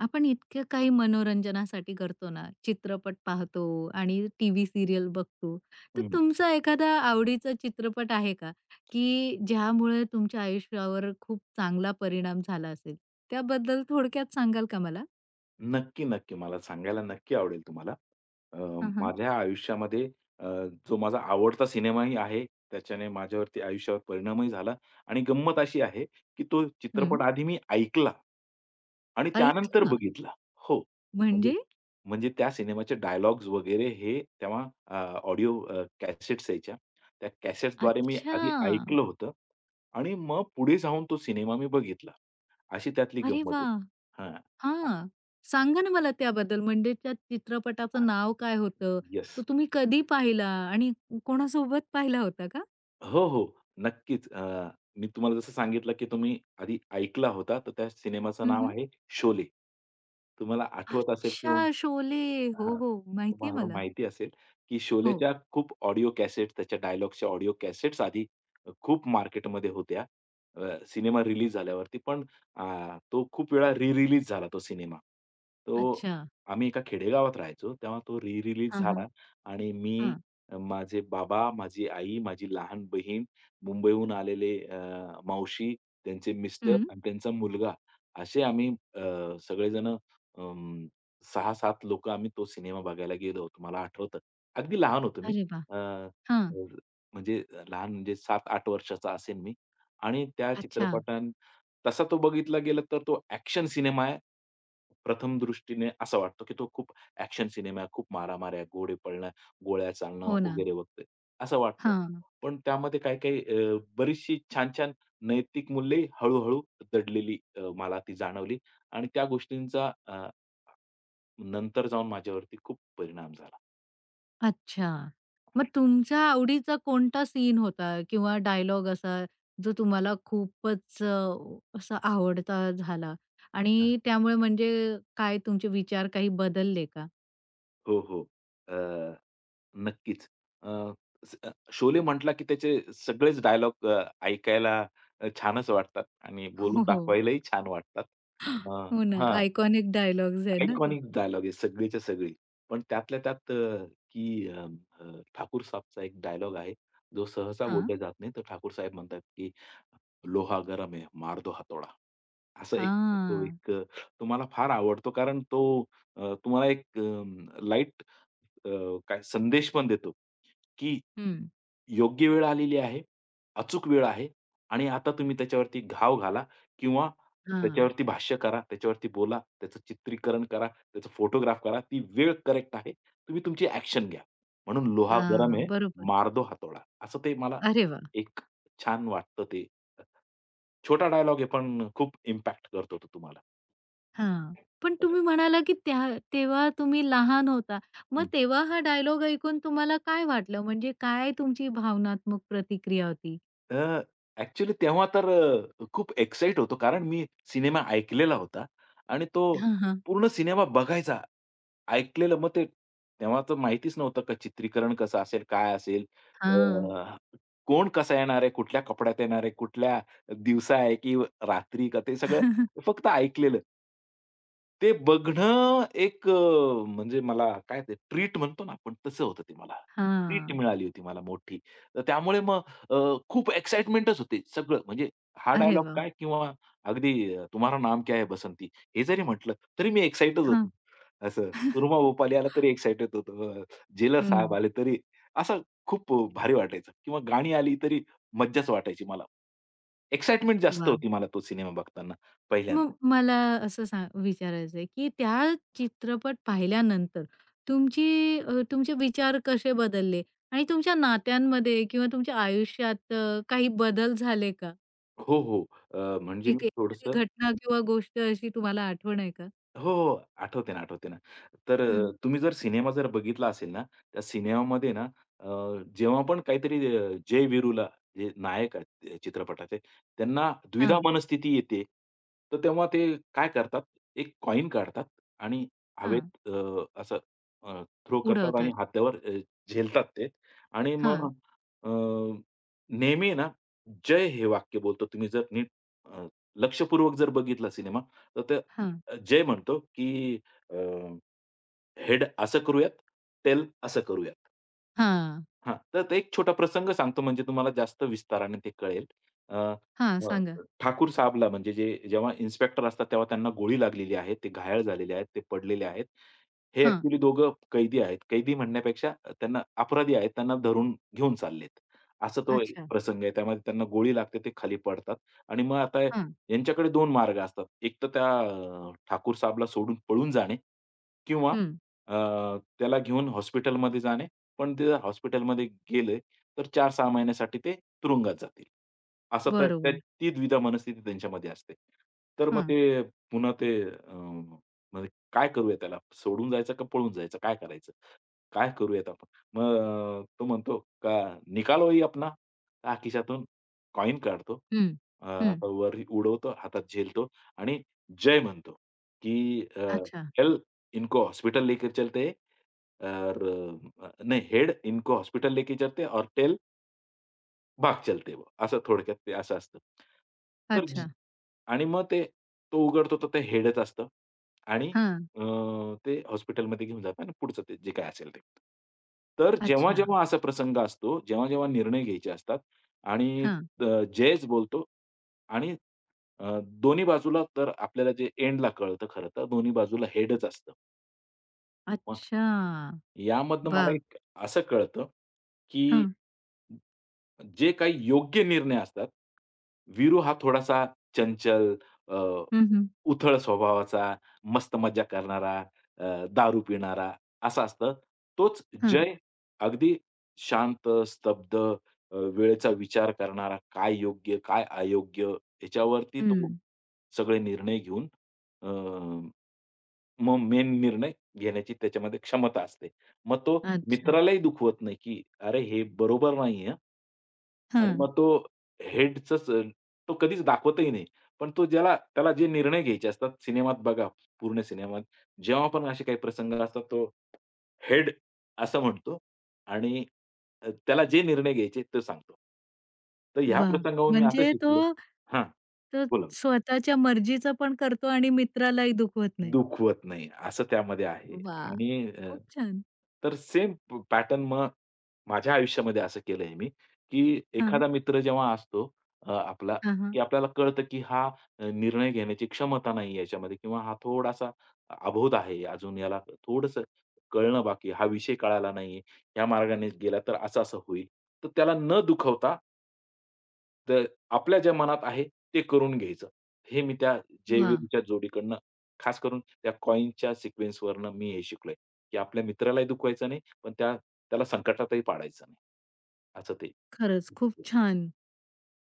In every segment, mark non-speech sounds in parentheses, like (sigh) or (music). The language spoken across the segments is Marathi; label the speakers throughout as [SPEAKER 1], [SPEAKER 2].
[SPEAKER 1] आपण इतकं काही मनोरंजनासाठी करतो ना, चित्रपट पाहतो आणि टीव्ही सीरियल बघतो. तर
[SPEAKER 2] हं.
[SPEAKER 1] तुमचा एखादा आवडीचा चित्रपट आहे का, की ज्यामुळे तुमच्या आयुष्यावर खूप चांगला परिणाम झाला असेल? त्याबद्दल थोडक्यात सांगाल का मला?
[SPEAKER 2] नक्की, नक्की. मला सांगायला नक्की आवडेल तुम्हाला. अ,
[SPEAKER 1] हां, हां.
[SPEAKER 2] माझ्या आयुष्यामध्ये अ, जो माझा आवडता सिनेमाही आहे, त्याच्याने माझ्यावरती आयुष्यावर परिणामही झाला आणि गंमत अशी आहे, की तो
[SPEAKER 1] हं.
[SPEAKER 2] चित्रपट आधी मी ऐकला आणि त्यानंतर
[SPEAKER 1] ऐकलं
[SPEAKER 2] बघितला. हो. म्हणजे
[SPEAKER 1] म्हणजे?
[SPEAKER 2] म्हणजे त्या सिनेमाचे डायलॉग्स वगैरे हे तेव्हा अ, ऑडिओ कॅसेट्स यायच्या. त्या कॅसेट्सद्वारे मी आधी
[SPEAKER 1] अच्छा.
[SPEAKER 2] ऐकलं होतं आणि मग पुढे जाऊन तो सिनेमा मी बघितला. अशी त्यातली
[SPEAKER 1] अरे
[SPEAKER 2] गंमत आहे.
[SPEAKER 1] वाह!
[SPEAKER 2] हां.
[SPEAKER 1] हां. सांगा ना मला त्याबद्दल म्हणजे त्या चित्रपटाचं नाव काय होतं? तो
[SPEAKER 2] येस.
[SPEAKER 1] तुम्ही कधी पाहिला आणि कोणासोबत पाहिला होता का?
[SPEAKER 2] हो, हो. नक्कीच. मी तुम्हाला जसं सांगितलं, की तुम्ही आधी ऐकला होता, तर त्या सिनेमाचं
[SPEAKER 1] हं,
[SPEAKER 2] नाव
[SPEAKER 1] हं.
[SPEAKER 2] आहे शोले. तुम्हाला आठवत असेल
[SPEAKER 1] अच्छा,
[SPEAKER 2] किंवा
[SPEAKER 1] शोले. हो,
[SPEAKER 2] हां.
[SPEAKER 1] हो. माहितीये
[SPEAKER 2] तुम्हाला
[SPEAKER 1] मला.
[SPEAKER 2] माहिती असेल, की
[SPEAKER 1] हो.
[SPEAKER 2] शोलेच्या खूप ऑडिओ कॅसेट्स, त्याच्या डायलॉग्सच्या ऑडिओ कॅसेट्स आधी खूप मार्केटमध्ये होत्या. सिनेमा रिलीज झाल्यावरती. पण तो खूप वेळा रिलीज झाला तो सिनेमा. तो
[SPEAKER 1] अच्छा.
[SPEAKER 2] आम्ही एका खेडेगावात राहायचो, तेव्हा तो रिलीज
[SPEAKER 1] हां, हां.
[SPEAKER 2] झाला आणि मी
[SPEAKER 1] हां.
[SPEAKER 2] माझे बाबा, माझी आई, माझी लहान बहीण, मुंबईहून आलेले मावशी, त्यांचे मिस्टर
[SPEAKER 1] हं.
[SPEAKER 2] आणि त्यांचा मुलगा असे आम्ही सगळेजण 6-7 लोकं आम्ही तो सिनेमा बघायला गेलो होतो. मला आठवतं. अगदी लहान होतो मी.
[SPEAKER 1] अरे वाह!
[SPEAKER 2] अ,
[SPEAKER 1] हां.
[SPEAKER 2] म्हणजे लहान म्हणजे 7-8 वर्षाचा असेन मी आणि त्या
[SPEAKER 1] अच्छा.
[SPEAKER 2] चित्रपटान तसा तो बघितला गेला तर तो ॲक्शन सिनेमा आहे. प्रथम दृष्टीने असा वाटतो, की तो खूप ॲक्शन सिनेमा आहे. खूप मारामाऱ्या, घोडे पळणं गोळ्या चालणं
[SPEAKER 1] हो ना.
[SPEAKER 2] वगैरे, वगैरे असं वाटतं.
[SPEAKER 1] हां.
[SPEAKER 2] पण त्यामध्ये काही-काही बरीचशी छान-छान नैतिक मूल्ये हळू दडलेली मला ती जाणवली आणि त्या गोष्टींचा नंतर जाऊन माझ्यावरती खूप परिणाम झाला.
[SPEAKER 1] अच्छा. मग तुमच्या आवडीचा कोणता सीन होता किंवा डायलॉग असा जो तुम्हाला खूपच असा आवडता झाला
[SPEAKER 2] हां.
[SPEAKER 1] आणि त्यामुळे म्हणजे काय तुमचे विचार काही बदलले का?
[SPEAKER 2] हो, हो. अ, नक्कीच. अ, शोले म्हटला की त्याचे सगळेच डायलॉग ऐकायला छानच वाटतात आणि बोलून
[SPEAKER 1] हो, हो.
[SPEAKER 2] दाखवायलाही छान वाटतात. अ,
[SPEAKER 1] हो ना.
[SPEAKER 2] हां.
[SPEAKER 1] आयकॉनिक डायलॉग्स आहेत ना ते.
[SPEAKER 2] आयकॉनिक डायलॉग आहे सगळेच्या सगळे. पण त्यातल्या त्यात अ, की अ, अ, ठाकूर साहेबचा एक डायलॉग आहे, जो सहसा
[SPEAKER 1] हां.
[SPEAKER 2] बोलला जात नाही. तर ठाकूर साहेब म्हणतात, की लोहा गरम है, मार दो हथौडा. असं एक तो
[SPEAKER 1] हां.
[SPEAKER 2] एक तो मला फार आवडतो कारण तो तुम्हाला एक लाईट काय संदेश पण देतो, की
[SPEAKER 1] हं.
[SPEAKER 2] योग्य वेळ आलेली आहे, अचूक वेळ आहे आणि आता तुम्ही त्याच्यावरती घाव घाला किंवा
[SPEAKER 1] हां.
[SPEAKER 2] त्याच्यावरती भाष्य करा, त्याच्यावरती बोला, त्याचं चित्रीकरण करा, त्याचा फोटोग्राफ करा. ती वेळ करेक्ट आहे. तुम्ही तुमची ॲक्शन घ्या. म्हणून लोहा गरम है,
[SPEAKER 1] हां. बरोबर.
[SPEAKER 2] मार दो असं ते मला
[SPEAKER 1] अरे वाह!
[SPEAKER 2] एक छान वाटतं ते छोटा डायलॉग आहे पण खूप इम्पॅक्ट करतो तो तुम्हाला.
[SPEAKER 1] हां. पण तुम्ही म्हणाला, की तेव्हा तुम्ही लहान होता. मग
[SPEAKER 2] हं.
[SPEAKER 1] तेव्हा हा डायलॉग ऐकून तुम्हाला काय वाटलं? म्हणजे काय तुमची भावनात्मक प्रतिक्रिया होती?
[SPEAKER 2] तर तेव्हा तर खूप एक्साईट होतो कारण मी सिनेमा ऐकलेला होता आणि तो
[SPEAKER 1] हां, हां.
[SPEAKER 2] पूर्ण सिनेमा बघायचा ऐकलेलं मग ते तेव्हा तर माहितीच नव्हतं का चित्रीकरण कसं असेल, काय असेल? अ,
[SPEAKER 1] हां.
[SPEAKER 2] कोण कसा येणार आहे? कुठल्या कपड्यात येणार आहे? कुठल्या दिवसा आहे की रात्री का? ते सगळं
[SPEAKER 1] (laughs)
[SPEAKER 2] फक्त ऐकलेलं. ते बघणं एक म्हणजे मला काय ते ट्रीट म्हणतो ना आपण, तसं होतं ते मला. ट्रीट
[SPEAKER 1] हां.
[SPEAKER 2] मिळाली होती मला मोठी. तर त्यामुळे मग अ, खूप एक्साइटमेंटच होती सगळं. म्हणजे हा
[SPEAKER 1] अरे
[SPEAKER 2] डायलॉग
[SPEAKER 1] वाह!
[SPEAKER 2] काय किंवा अगदी तुम्हारा नाम क्या है बसंती? हे जरी म्हटलं, तरी मी एक्साइटच होतो.
[SPEAKER 1] हां.
[SPEAKER 2] असं. सुरमा ओपाली आला तरी एक्साइटेड होतो. जेलर साहेब
[SPEAKER 1] हं.
[SPEAKER 2] आले तरी असं खूप भारी वाटायचं किंवा गाणी आली तरी मज्जाच वाटायची मला. एक्साइटमेंट जास्त
[SPEAKER 1] वाह!
[SPEAKER 2] होती मला तो सिनेमा बघताना
[SPEAKER 1] मग
[SPEAKER 2] पहिल्यांदा.
[SPEAKER 1] मला असं सांग विचारायचं आहे, की त्या चित्रपट पाहिल्यानंतर तुमची तुमचे विचार कसे बदलले? आणि तुमच्या नात्यांमध्ये किंवा तुमच्या आयुष्यात काही बदल झाले का?
[SPEAKER 2] हो, हो. म्हणजे
[SPEAKER 1] एक
[SPEAKER 2] मी
[SPEAKER 1] एखादी
[SPEAKER 2] थोडंसं
[SPEAKER 1] घटना किंवा गोष्ट अशी तुम्हाला आठवण आहे का?
[SPEAKER 2] हो, हो. आठवते ना, आठवते ना. तर
[SPEAKER 1] हं.
[SPEAKER 2] तुम्ही जर सिनेमा बघितला असेल ना, त्या सिनेमामध्ये ना अ, जेव्हा पण काहीतरी जय वीरूला जे नायक आहेत त्या चित्रपटाचे, त्यांना द्विधा
[SPEAKER 1] हां.
[SPEAKER 2] मनस्थिती येते. तर तेव्हा ते काय करतात, एक कॉइन काढतात आणि
[SPEAKER 1] हां.
[SPEAKER 2] हवेत असं थ्रो करतात आणि
[SPEAKER 1] उडवतात.
[SPEAKER 2] हातावर झेलतात ते आणि मग
[SPEAKER 1] हां,
[SPEAKER 2] अ, नेहमी ना, जय हे वाक्य बोलतो. तुम्ही जर नीट अ, लक्षपूर्वक जर बघितला सिनेमा तर ते
[SPEAKER 1] हां.
[SPEAKER 2] जय म्हणतो, की "हेड असं करूयात, टेल असं करूयात."
[SPEAKER 1] हां,
[SPEAKER 2] हां, तर ते एक छोटा प्रसंग सांगतो म्हणजे तुम्हाला जास्त विस्ताराने ते कळेल. अ,
[SPEAKER 1] हां.
[SPEAKER 2] बरं.
[SPEAKER 1] सांगा.
[SPEAKER 2] ठाकूर साहबला म्हणजे जे जेव्हा इन्स्पेक्टर असतात तेव्हा त्यांना गोळी लागलेली आहे. ते घायाळ झालेले आहेत. ते पडलेले आहेत. हे
[SPEAKER 1] हां.
[SPEAKER 2] ॲक्चुअली दोघं कैदी आहेत. कैदी म्हणण्यापेक्षा त्यांना अपराधी आहेत. त्यांना धरून घेऊन चाललेत. असा तो एक
[SPEAKER 1] अच्छा.
[SPEAKER 2] प्रसंग आहे. त्यामध्ये त्यांना गोळी लागते. ते खाली पडतात आणि मग आता
[SPEAKER 1] हां.
[SPEAKER 2] यांच्याकडे 2 मार्ग असतात. एक तर त्या ठाकूर साहबला सोडून पळून जाणे किंवा
[SPEAKER 1] हं.
[SPEAKER 2] अ, त्याला घेऊन हॉस्पिटलमध्ये जाणे पण ते जर हॉस्पिटलमध्ये गेले, तर चार 6 महिन्यासाठी ते तुरुंगात जातील. असं त्या त्या
[SPEAKER 1] बरोबर.
[SPEAKER 2] ती द्विधा मनस्थिती त्यांच्यामध्ये असते. तर मग
[SPEAKER 1] हां.
[SPEAKER 2] ते पुन्हा ते म्हणजे काय करूया त्याला? सोडून जायचं का पळून जायचं? काय करायचं? काय करूयात आपण? मग तो म्हणतो का "निकालो ही अपना." हा खिशातून कॉइन काढतो.
[SPEAKER 1] हं, हं.
[SPEAKER 2] असा वर उडवतो, हातात झेलतो आणि जय म्हणतो, की
[SPEAKER 1] अच्छा,
[SPEAKER 2] "चल इनको हॉस्पिटल लेके चलते हैं और नाही हेड इनको हॉस्पिटल लेके चलते हैं और टेल भाग चलते वो." असं थोडक्यात ते असं असतं. तर
[SPEAKER 1] अच्छा.
[SPEAKER 2] आणि मग ते तो उघडतो तर ते हेडच असतं आणि
[SPEAKER 1] हां,
[SPEAKER 2] अ, ते हॉस्पिटलमध्ये घेऊन जातात आणि पुढचं ते जे काय असेल ते. तर जेव्हा,
[SPEAKER 1] अच्छा.
[SPEAKER 2] जेव्हा असा प्रसंग असतो, जेव्हा, जेव्हा निर्णय घ्यायचे असतात आणि
[SPEAKER 1] हां,
[SPEAKER 2] अ, जयच बोलतो आणि दोन्ही बाजूला तर आपल्याला जे एंडला कळतं खरं तर दोन्ही बाजूला हेडच असतं. मग
[SPEAKER 1] अच्छा.
[SPEAKER 2] यामधनं मला
[SPEAKER 1] वाह!
[SPEAKER 2] एक असं कळतं, की
[SPEAKER 1] हां,
[SPEAKER 2] जे काही योग्य निर्णय असतात, वीरू हा थोडासा चंचल, अ,
[SPEAKER 1] हं, हं.
[SPEAKER 2] उथळ स्वभावाचा, मस्त मज्जा करणारा, दारू पिणारा असं असतं. तोच
[SPEAKER 1] हां,
[SPEAKER 2] जय अगदी शांत, स्तब्ध, वेळेचा विचार करणारा, काय योग्य, काय अयोग्य ह्याच्यावरती तो
[SPEAKER 1] हं.
[SPEAKER 2] सगळे निर्णय घेऊन अ, मग मेन निर्णय घेण्याची त्याच्यामध्ये क्षमता असते. मग तो
[SPEAKER 1] अच्छा.
[SPEAKER 2] मित्रालाही दुखवत नाही, की "अरे, हे बरोबर नाहीये हां." आणि
[SPEAKER 1] हां,
[SPEAKER 2] मग तो हेडचंच तो कधीच दाखवतही नाही. पण तो ज्याला त्याला जे निर्णय घ्यायचे असतात सिनेमात बघा, पूर्ण सिनेमात जेव्हा पण असे काही प्रसंग असतात, तो हेड असं म्हणतो आणि त्याला जे निर्णय घ्यायचे ते सांगतो. तर ह्या
[SPEAKER 1] वाह!
[SPEAKER 2] प्रसंगावरून मी असं
[SPEAKER 1] म्हणजे तो
[SPEAKER 2] शिकलो हां,
[SPEAKER 1] तो
[SPEAKER 2] बोला.
[SPEAKER 1] स्वतःच्या मर्जीचं पण करतो आणि मित्रालाही दुखवत नाही.
[SPEAKER 2] दुखवत नाही, असं त्यामध्ये आहे.
[SPEAKER 1] वाह!
[SPEAKER 2] आणि
[SPEAKER 1] खूप छान.
[SPEAKER 2] तर सेम पॅटर्न मग माझ्या आयुष्यामध्ये असं केलंय मी, की
[SPEAKER 1] हां.
[SPEAKER 2] एखादा मित्र जेव्हा असतो आपला,
[SPEAKER 1] हां,
[SPEAKER 2] की
[SPEAKER 1] हां.
[SPEAKER 2] आपल्याला कळतं, की हा निर्णय घेण्याची क्षमता नाही याच्यामध्ये किंवा हा थोडासा अबोध आहे. अजून याला थोडंसं कळणं बाकी आहे. हा विषय कळाला नाहीये. ह्या मार्गाने गेला तर असं-असं होईल. तर त्याला न दुखवता तर आपल्या ज्या मनात आहे ते करून घ्यायचं. हे मी त्या
[SPEAKER 1] वाह!
[SPEAKER 2] जयवीरच्या जोडीकडनं खास करून त्या कॉइनच्या सिक्वेन्सवरनं मी हे शिकलोय, की आपल्या मित्रालाही दुखवायचं नाही, पण त्या त्याला संकटातही पाडायचं नाही. असं ते.
[SPEAKER 1] खरंच खूप छान.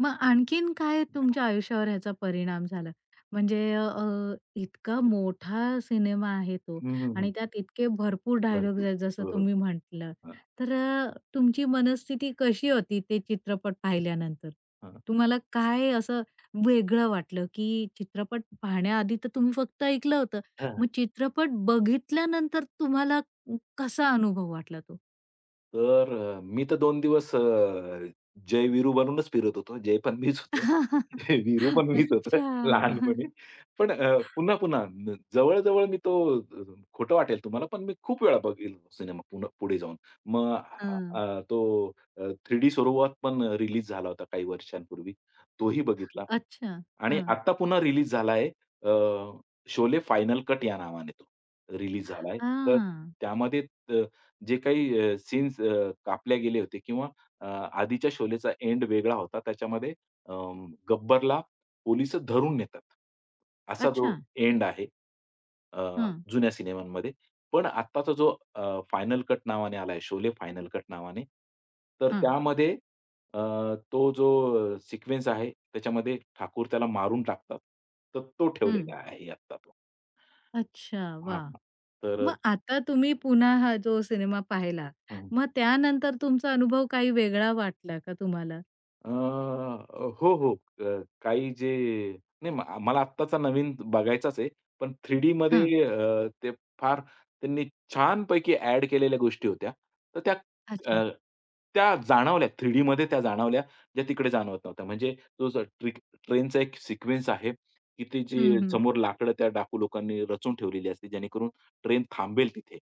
[SPEAKER 1] मग आणखीन काय तुमच्या आयुष्यावर ह्याचा परिणाम झाला? म्हणजे इतका मोठा सिनेमा आहे तो
[SPEAKER 2] हं, हं, हं.
[SPEAKER 1] आणि त्यात इतके भरपूर डायलॉग्स
[SPEAKER 2] भरपूर.
[SPEAKER 1] आहेत जसं
[SPEAKER 2] हो, हो.
[SPEAKER 1] तुम्ही म्हटलं. तर तुमची मनस्थिती कशी होती ते चित्रपट पाहिल्यानंतर?
[SPEAKER 2] हां,
[SPEAKER 1] तुम्हाला काय असं वेगळं वाटलं, की चित्रपट पाहण्याआधी तर तुम्ही फक्त ऐकलं होतं.
[SPEAKER 2] हां.
[SPEAKER 1] मग चित्रपट बघितल्यानंतर तुम्हाला कसा अनुभव वाटला तो?
[SPEAKER 2] तर मी तर दोन दिवस जय वीरू बनूनच फिरत होतो. जय पण मीच होतो.
[SPEAKER 1] (laughs)
[SPEAKER 2] (laughs) वीरू पण मीच होतो
[SPEAKER 1] अच्छा.
[SPEAKER 2] लहानपणी. पण पुन्हा न जवळ मी तो खोटं वाटेल तुम्हाला, पण मी खूप वेळा बघेल सिनेमा पुन पुढे जाऊन. मग अ,
[SPEAKER 1] हां.
[SPEAKER 2] अ, तो 3D स्वरूपात पण रिलीज झाला होता काही वर्षांपूर्वी. तोही बघितला.
[SPEAKER 1] अच्छा.
[SPEAKER 2] आणि
[SPEAKER 1] हां.
[SPEAKER 2] आत्ता पुन्हा रिलीज झाला शोले फायनल कट या नावाने तो रिलीज झाला तर
[SPEAKER 1] हां.
[SPEAKER 2] त्यामध्ये जे काही सीन्स कापले गेले होते किंवा आधीच्या शोलेचा एंड वेगळा होता. त्याच्यामध्ये गब्बरला पोलिस धरून नेतात. असा
[SPEAKER 1] अच्छा.
[SPEAKER 2] तो एंड आहे अ,
[SPEAKER 1] हं,
[SPEAKER 2] जुन्या सिनेमांमध्ये. पण आत्ताचा जो फायनल कट नावाने आलाय, शोले फायनल कट नावाने. तर
[SPEAKER 1] हं,
[SPEAKER 2] त्यामध्ये अ, तो जो सिक्वेन्स आहे, त्याच्यामध्ये ठाकूर त्याला मारून टाकतात. तर तो
[SPEAKER 1] हं.
[SPEAKER 2] ठेवलेला आहे आत्ता तो.
[SPEAKER 1] अच्छा,
[SPEAKER 2] हां.
[SPEAKER 1] वाह!
[SPEAKER 2] तर
[SPEAKER 1] मग आता तुम्ही पुन्हा हा जो सिनेमा पाहिला, मग त्यानंतर तुमचा अनुभव काही वेगळा वाटला का तुम्हाला?
[SPEAKER 2] हो, हो. काही जे नाही म मला आत्ताचा नवीन बघायचाच आहे. पण
[SPEAKER 1] हां.
[SPEAKER 2] 3Dमध्ये ते फार त्यांनी छानपैकी ॲड केलेल्या गोष्टी होत्या. तर त्या
[SPEAKER 1] अच्छा.
[SPEAKER 2] अ, त्या जाणवल्या 3Dमध्ये त्या जाणवल्या, ज्या तिकडे जाणवत नव्हत्या. म्हणजे तो जो ट्रेनचा एक सिक्वेन्स आहे, की ती
[SPEAKER 1] हं,
[SPEAKER 2] जी
[SPEAKER 1] हं.
[SPEAKER 2] समोर लाकडं त्या डाकू लोकांनी रचून ठेवलेली असते, जेणेकरून ट्रेन थांबेल तिथे.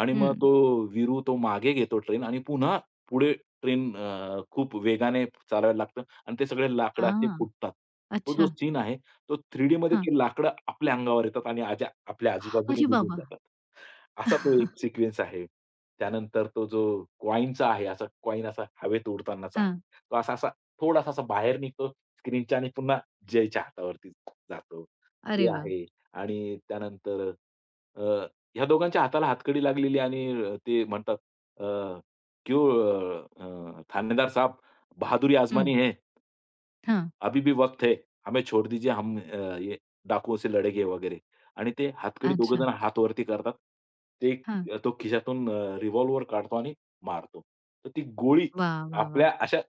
[SPEAKER 2] आणि मग तो
[SPEAKER 1] हं.
[SPEAKER 2] वीरू तो मागे घेतो ट्रेन आणि पुन्हा पुढे ट्रेन खूप वेगाने चालवायला लागतं आणि ते सगळे लाकडं असे
[SPEAKER 1] हां.
[SPEAKER 2] फुटतात. तो जो
[SPEAKER 1] अच्छा.
[SPEAKER 2] सीन आहे, तो 3Dमध्ये
[SPEAKER 1] हां.
[SPEAKER 2] ती लाकडं आपल्या अंगावर येतात आणि आज़ा आपल्या आजूबाजूने
[SPEAKER 1] अरे
[SPEAKER 2] निघून
[SPEAKER 1] बाबा!
[SPEAKER 2] जातात. असा तो एक
[SPEAKER 1] (laughs)
[SPEAKER 2] सिक्वेन्स आहे. त्यानंतर तो जो कॉइनचा आहे, असा कॉइन असा हवेत उडतानाचा आहे.
[SPEAKER 1] हां.
[SPEAKER 2] तो असा-असा थोडासा असा बाहेर निघतो स्क्रीनच्या आणि पुन्हा जयच्या हातावरती जातो. ते
[SPEAKER 1] अरे वाह!
[SPEAKER 2] आहे आणि त्यानंतर अ, ह्या दोघांच्या हाताला हातकडी लागलेली आणि ते म्हणतात अ, "क्यों अ, अ, थानेदार साहब बहादुरी
[SPEAKER 1] हं.
[SPEAKER 2] आजमानी है."
[SPEAKER 1] हां.
[SPEAKER 2] अभी भी वक्त है, हमें छोड़ दीजिए हम ये डाकुओं से लड़ेंगे वगैरे. आणि ते हातकडी दोघे
[SPEAKER 1] अच्छा.
[SPEAKER 2] जण हात वरती करतात. ते
[SPEAKER 1] हां.
[SPEAKER 2] तो खिशातून रिव्हॉल्वर काढतो आणि मारतो. तर ती गोळी
[SPEAKER 1] वाह, वाह, वाह!
[SPEAKER 2] आपल्या अशा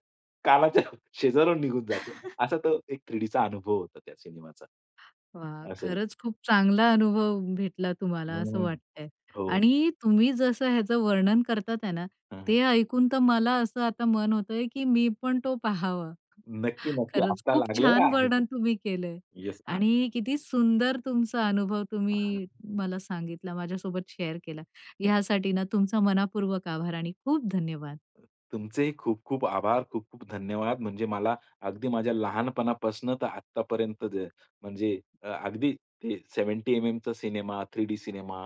[SPEAKER 2] कानाच्या (laughs) शेजारून निघून जाते. असा तो एक थ्रिडीचा अनुभव होता त्या सिनेमाचा.
[SPEAKER 1] वाह!
[SPEAKER 2] असं
[SPEAKER 1] खरंच खूप चांगला अनुभव भेटला तुम्हाला असं
[SPEAKER 2] हं.
[SPEAKER 1] वाटतंय
[SPEAKER 2] हो.
[SPEAKER 1] आणि तुम्ही जसं ह्याचं वर्णन करतात आहे ना,
[SPEAKER 2] हां, हां.
[SPEAKER 1] ते ऐकून तर मला असं आता मन होतंय, की मी पण तो पाहावा.
[SPEAKER 2] नक्की, नक्की.
[SPEAKER 1] खरंच
[SPEAKER 2] आत्ता
[SPEAKER 1] खूप
[SPEAKER 2] लागलेला
[SPEAKER 1] छान
[SPEAKER 2] आहे.
[SPEAKER 1] वर्णन तुम्ही केलंय
[SPEAKER 2] येस.
[SPEAKER 1] आणि किती सुंदर तुमचा अनुभव तुम्ही मला सांगितला, माझ्यासोबत शेअर केला. ह्यासाठी ना तुमचा मनःपूर्वक आभार आणि खूप धन्यवाद.
[SPEAKER 2] तुमचेही खूप-खूप आभार, खूप-खूप धन्यवाद. म्हणजे मला अगदी माझ्या लहानपणापासून तर आत्तापर्यंत जे म्हणजे अगदी ते 70 एम चा सिनेमा, 3D सिनेमा,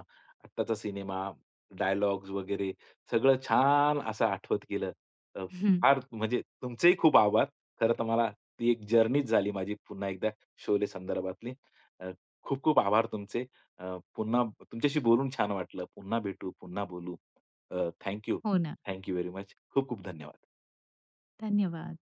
[SPEAKER 2] आत्ताचा सिनेमा, डायलॉग्स वगैरे सगळं छान असं आठवत गेलं. अ, फार
[SPEAKER 1] (laughs)
[SPEAKER 2] म्हणजे तुमचेही खूप आभार. खरं तर मला ती एक जर्नीच झाली माझी पुन्हा एकदा शोले संदर्भातली. अ, खूप-खूप आभार तुमचे. पुन्हा तुमच्याशी बोलून छान वाटलं. पुन्हा भेटू, पुन्हा बोलू. अ,
[SPEAKER 1] हो ना.
[SPEAKER 2] Thank you very much. खूप खूप धन्यवाद.
[SPEAKER 1] धन्यवाद.